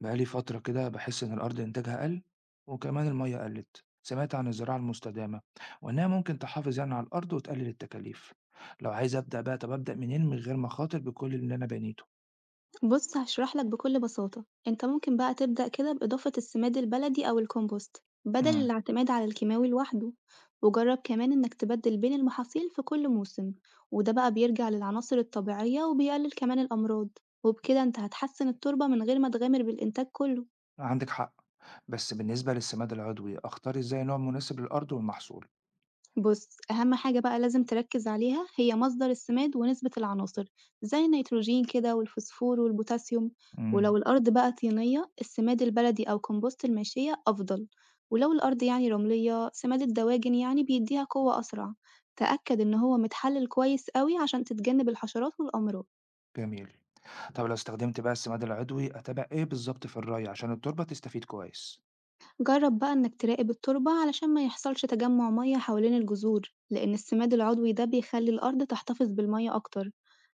بقالي فترة كده بحس إن الأرض إنتاجها قل، وكمان المية قلت. سمعت عن الزراعة المستدامة وإنها ممكن تحافظ يعني على الأرض وتقلل التكاليف. لو عايز أبدأ بقى، طب أبدأ منين من غير ما أخاطر بكل اللي أنا بنيته؟ بُص هاشرح لك بكل بساطة، أنت ممكن بقى تبدأ كده بإضافة السماد البلدي أو الكومبوست بدل امم الاعتماد على الكيماوي لوحده، وجرب كمان إنك تبدل بين المحاصيل في كل موسم، وده بقى بيرجع للعناصر الطبيعية وبيقلل كمان الأمراض، وبكده أنت هتحسن التربة من غير ما تغامر بالإنتاج كله. عندك حق. بس بالنسبة للسماد العضوي أختار إزاي نوع مناسب للأرض والمحصول؟ بص أهم حاجة بقى لازم تركز عليها هي مصدر السماد ونسبة العناصر زي النيتروجين كده والفوسفور والبوتاسيوم، امم ولو الأرض بقى طينية السماد البلدي أو كمبوست الماشية أفضل، ولو الأرض يعني رملية سماد الدواجن يعني بيديها قوة أسرع. تأكد إن هو متحلل كويس قوي عشان تتجنب الحشرات والأمراض. جميل. طب لو استخدمت بقى السماد العضوي أتابع إيه بالظبط في الري عشان التربة تستفيد كويس؟ جرب بقى إنك تراقب التربة علشان ما يحصلش تجمع مية حوالين الجذور، لأن السماد العضوي ده بيخلي الأرض تحتفظ بالمية أكتر.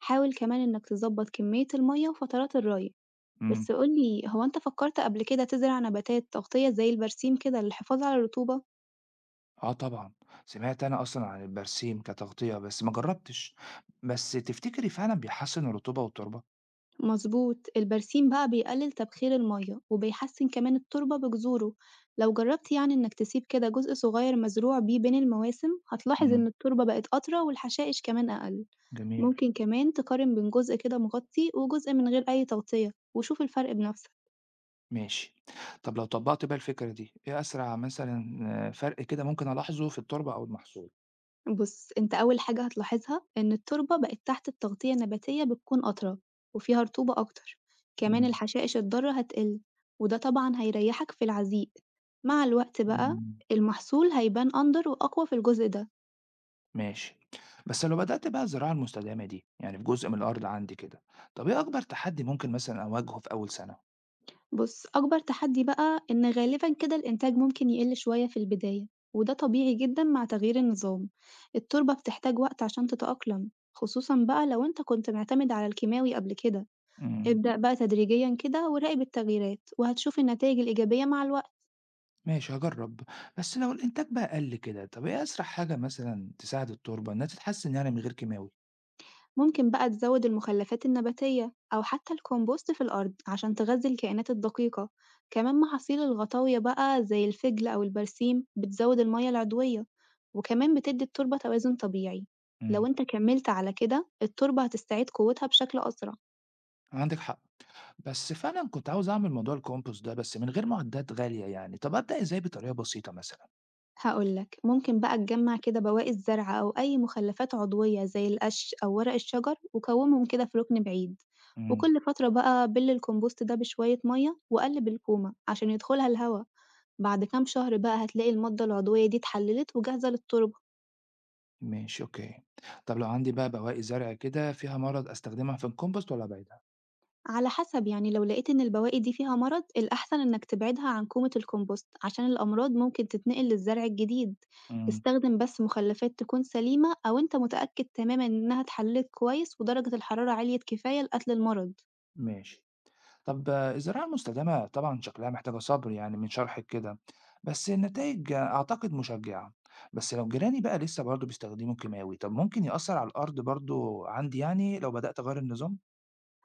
حاول كمان إنك تظبط كمية المية وفترات الري. امم. بس قولي، هو أنت فكرت قبل كده تزرع نباتات تغطية زي البرسيم كده للحفاظ على الرطوبة؟ آه طبعًا، سمعت أنا أصلًا عن البرسيم كتغطية بس ما جرّبتش، بس تفتكري فعلًا بيحسّن الرطوبة والتربة؟ مظبوط، البرسيم بقى بيقلل تبخير المية وبيحسن كمان التربة بجذوره. لو جربت يعني إنك تسيب كده جزء صغير مزروع بيه بين المواسم، هتلاحظ إن إمم. التربة بقت أطرى والحشائش كمان أقل. جميل. ممكن كمان تقارن بين جزء كده مغطي وجزء من غير أي تغطية وشوف الفرق بنفسك. ماشي. طب لو طبّقت بقى الفكرة دي، إيه أسرع مثلًا، آه، فرق كده ممكن ألاحظه في التربة أو المحصول؟ بُص، أنت أول حاجة هتلاحظها إن التربة بقت تحت التغطية النباتية بتكون أطرى وفيها رطوبة أكتر، كمان إمم. الحشائش الضارة هتقل، وده طبعًا هيريحك في العزيق. مع الوقت بقى إمم. المحصول هيبان أندر وأقوى في الجزء ده. ماشي. بس لو بدأت بقى الزراعة المستدامة دي، يعني في جزء من الأرض عندي كده، طب إيه أكبر تحدي ممكن مثلًا أواجهه في أول سنة؟ بُص، أكبر تحدي بقى إن غالبًا كده الإنتاج ممكن يقل شوية في البداية، وده طبيعي جدًا مع تغيير النظام. التربة بتحتاج وقت عشان تتأقلم، خصوصًا بقى لو أنت كنت معتمد على الكيماوي قبل كده. إمم. ابدأ بقى تدريجيًا كده وراقب التغييرات، وهتشوف النتايج الإيجابية مع الوقت. ماشي، هاجرّب. بس لو الإنتاج بقى قَل كده، طَب إيه أسرع حاجة مثلًا تساعد التربة إنها تتحسّن يعني من غير كيماوي؟ ممكن بقى تزود المخلفات النباتية أو حتى الكومبوست في الأرض عشان تغذي الكائنات الدقيقة، كمان محاصيل الغطاوية بقى زي الفجل أو البرسيم بتزود المية العضوية، وكمان بتدي التربة توازن طبيعي. لو إمم. انت كملت على كده التربة هتستعيد قوتها بشكل أسرع. عندِك حق. بس فعلًا كنت عاوز أعمل موضوع الcompost ده بس من غير معدات غالية يعني، طَب أبدأ إزاي بطريقة بسيطة مثلًا؟ هاقول لك، ممكن بقى تجمّع كده بواقي الزرع أو أي مخلفات عضوية زي القش أو ورق الشجر وكوّمهم كده في ركن بعيد، إمم. وكل فترة بقى بِل الكومبوست ده بشوية مَيّة وقلّب الكومة عشان يدخلها الهوا. بعد كام شهر بقى هتلاقي المادة العضوية دي اتحلّلت وجاهزة للتُربة. ماشي، أوكي. طَب لو عندي بقى بواقي زرع كده فيها مَرَض أستخدمها في الcompost والّا أبعدها؟ على حسب، يعني لو لقيت إن البواقي دي فيها مرض الأحسن إنك تبعدها عن كومة الكومبوست عشان الأمراض ممكن تتنقل للزرع الجديد. إمم. استخدم بس مخلفات تكون سليمة أو أنت متأكد تماما إنها اتحللت كويس ودرجة الحرارة عالية كفاية لقتل المرض. ماشي. طب آه، الزراعة المستدامة طبعًا شكلها محتاجة صبر يعني من شرحِك كده، بس النتايج أعتقد مشجعة. بس لو جيراني بقى لسه برضه بيستخدموا الكيماوي، طب ممكن يأثّر على الأرض برضه عندي يعني لو بدأت أغيّر النظام؟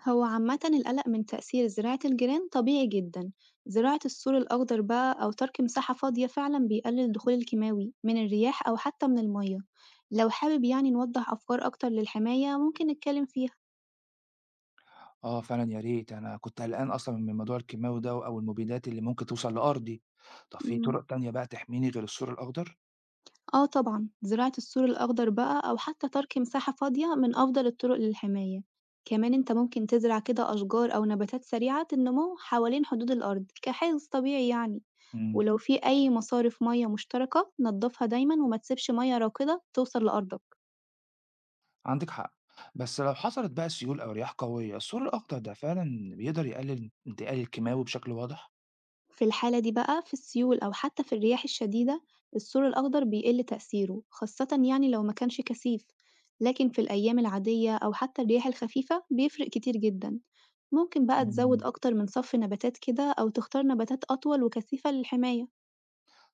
هو عامة القلق من تأثير زراعة الجيران طبيعي جدا. زراعة السور الأخضر بقى أو ترك مساحة فاضية فعلا بيقلل الدخول الكيماوي من الرياح أو حتى من المية. لو حابب يعني نوضح أفكار أكتر للحماية ممكن نتكلم فيها. آه فعلًا يا ريت، أنا كنت قلقان أصلًا من موضوع الكيماوي ده أو المبيدات اللي ممكن توصل لأرضي. طب في مم. طرق تانية بقى تحميني غير السور الأخضر؟ آه طبعًا، زراعة السور الأخضر بقى أو حتى ترك مساحة فاضية من أفضل الطرق للحماية، كمان أنت ممكن تزرع كده أشجار أو نباتات سريعة النمو حوالين حدود الأرض كحفظ طبيعي يعني، إمم. ولو في أي مصارف مياه مشتركة نضفها دايمًا وما تسيبش مياه راكدة توصل لأرضك. عندِك حق. بس لو حصلت بقى سيول أو رياح قوية، السور الأخضر ده فعلًا بيقدر يقلل انتقال الكيماوي بشكل واضح؟ في الحالة دي بقى، في السيول أو حتى في الرياح الشديدة، الثور الأخضر بيقل تأثيره، خاصة يعني لو ما كانش كثيف، لكن في الأيام العادية أو حتى الرياح الخفيفة بيفرق كتير جدا. ممكن بقى تزود إمم. أكتر من صف نباتات كده أو تختار نباتات أطول وكثيفة للحماية.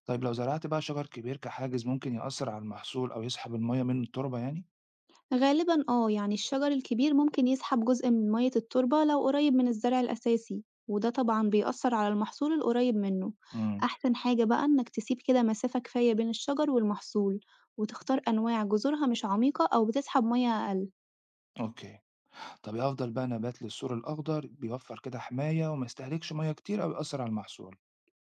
طيب لو زرعت بقى شجر كبير كحاجز ممكن يأثر على المحصول أو يسحب المية من التربة يعني؟ غالبًا آه، يعني الشجر الكبير ممكن يسحب جزء من مية التربة لو قريب من الزرع الأساسي، وده طبعًا بيأثر على المحصول القريب منه. امم أحسن حاجة بقى إنك تسيب كده مسافة كفاية بين الشجر والمحصول وتختار أنواع جذورها مش عميقة أو بتسحب مية أقل. أوكي. طب إيه أفضل بقى نبات للسور الأخضر بيوفر كده حماية وما يستهلكش مية كتير أو يأثر على المحصول؟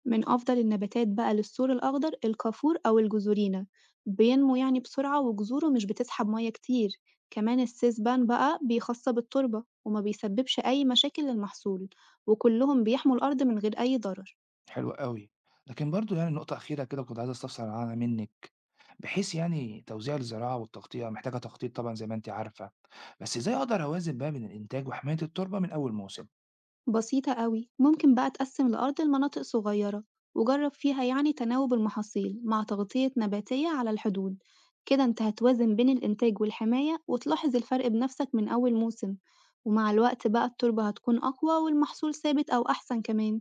من أفضل النباتات بقى للثور الأخضر الكافور أو الجزورينا، بينمو يعني بسرعة وجذوره مش بتسحب مية كتير، كمان السيسبان بقى بيخصب التربة وما بيسببش أي مشاكل للمحصول، وكلهم بيحموا الأرض من غير أي ضرر. حلو قوي. لكن برضو يعني نقطة أخيرة كده كنت عايز أستفسر عنها منك، بحيث يعني توزيع الزراعة والتغطية محتاجة تخطيط طبعا زي ما أنت عارفة، بس إزاي أقدر أوازن بقى بين الإنتاج وحماية التربة من أول موسم؟ بسيطة أوي، ممكن بقى تقسم الأرض لمناطق صغيرة وجرب فيها يعني تناوب المحاصيل مع تغطية نباتية على الحدود. كده انت هتوازن بين الإنتاج والحماية وتلاحظ الفرق بنفسك من أول موسم، ومع الوقت بقى التربة هتكون أقوى والمحصول ثابت أو أحسن كمان.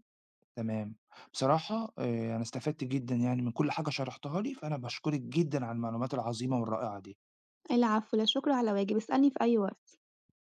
تمام. بصراحة أنا استفدت جدًا يعني من كل حاجة شرحتها لي، فأنا باشكرِك جدًا على المعلومات العظيمة والرائعة دي. العفو، لا شكر على واجب، اسألني في أي وقت.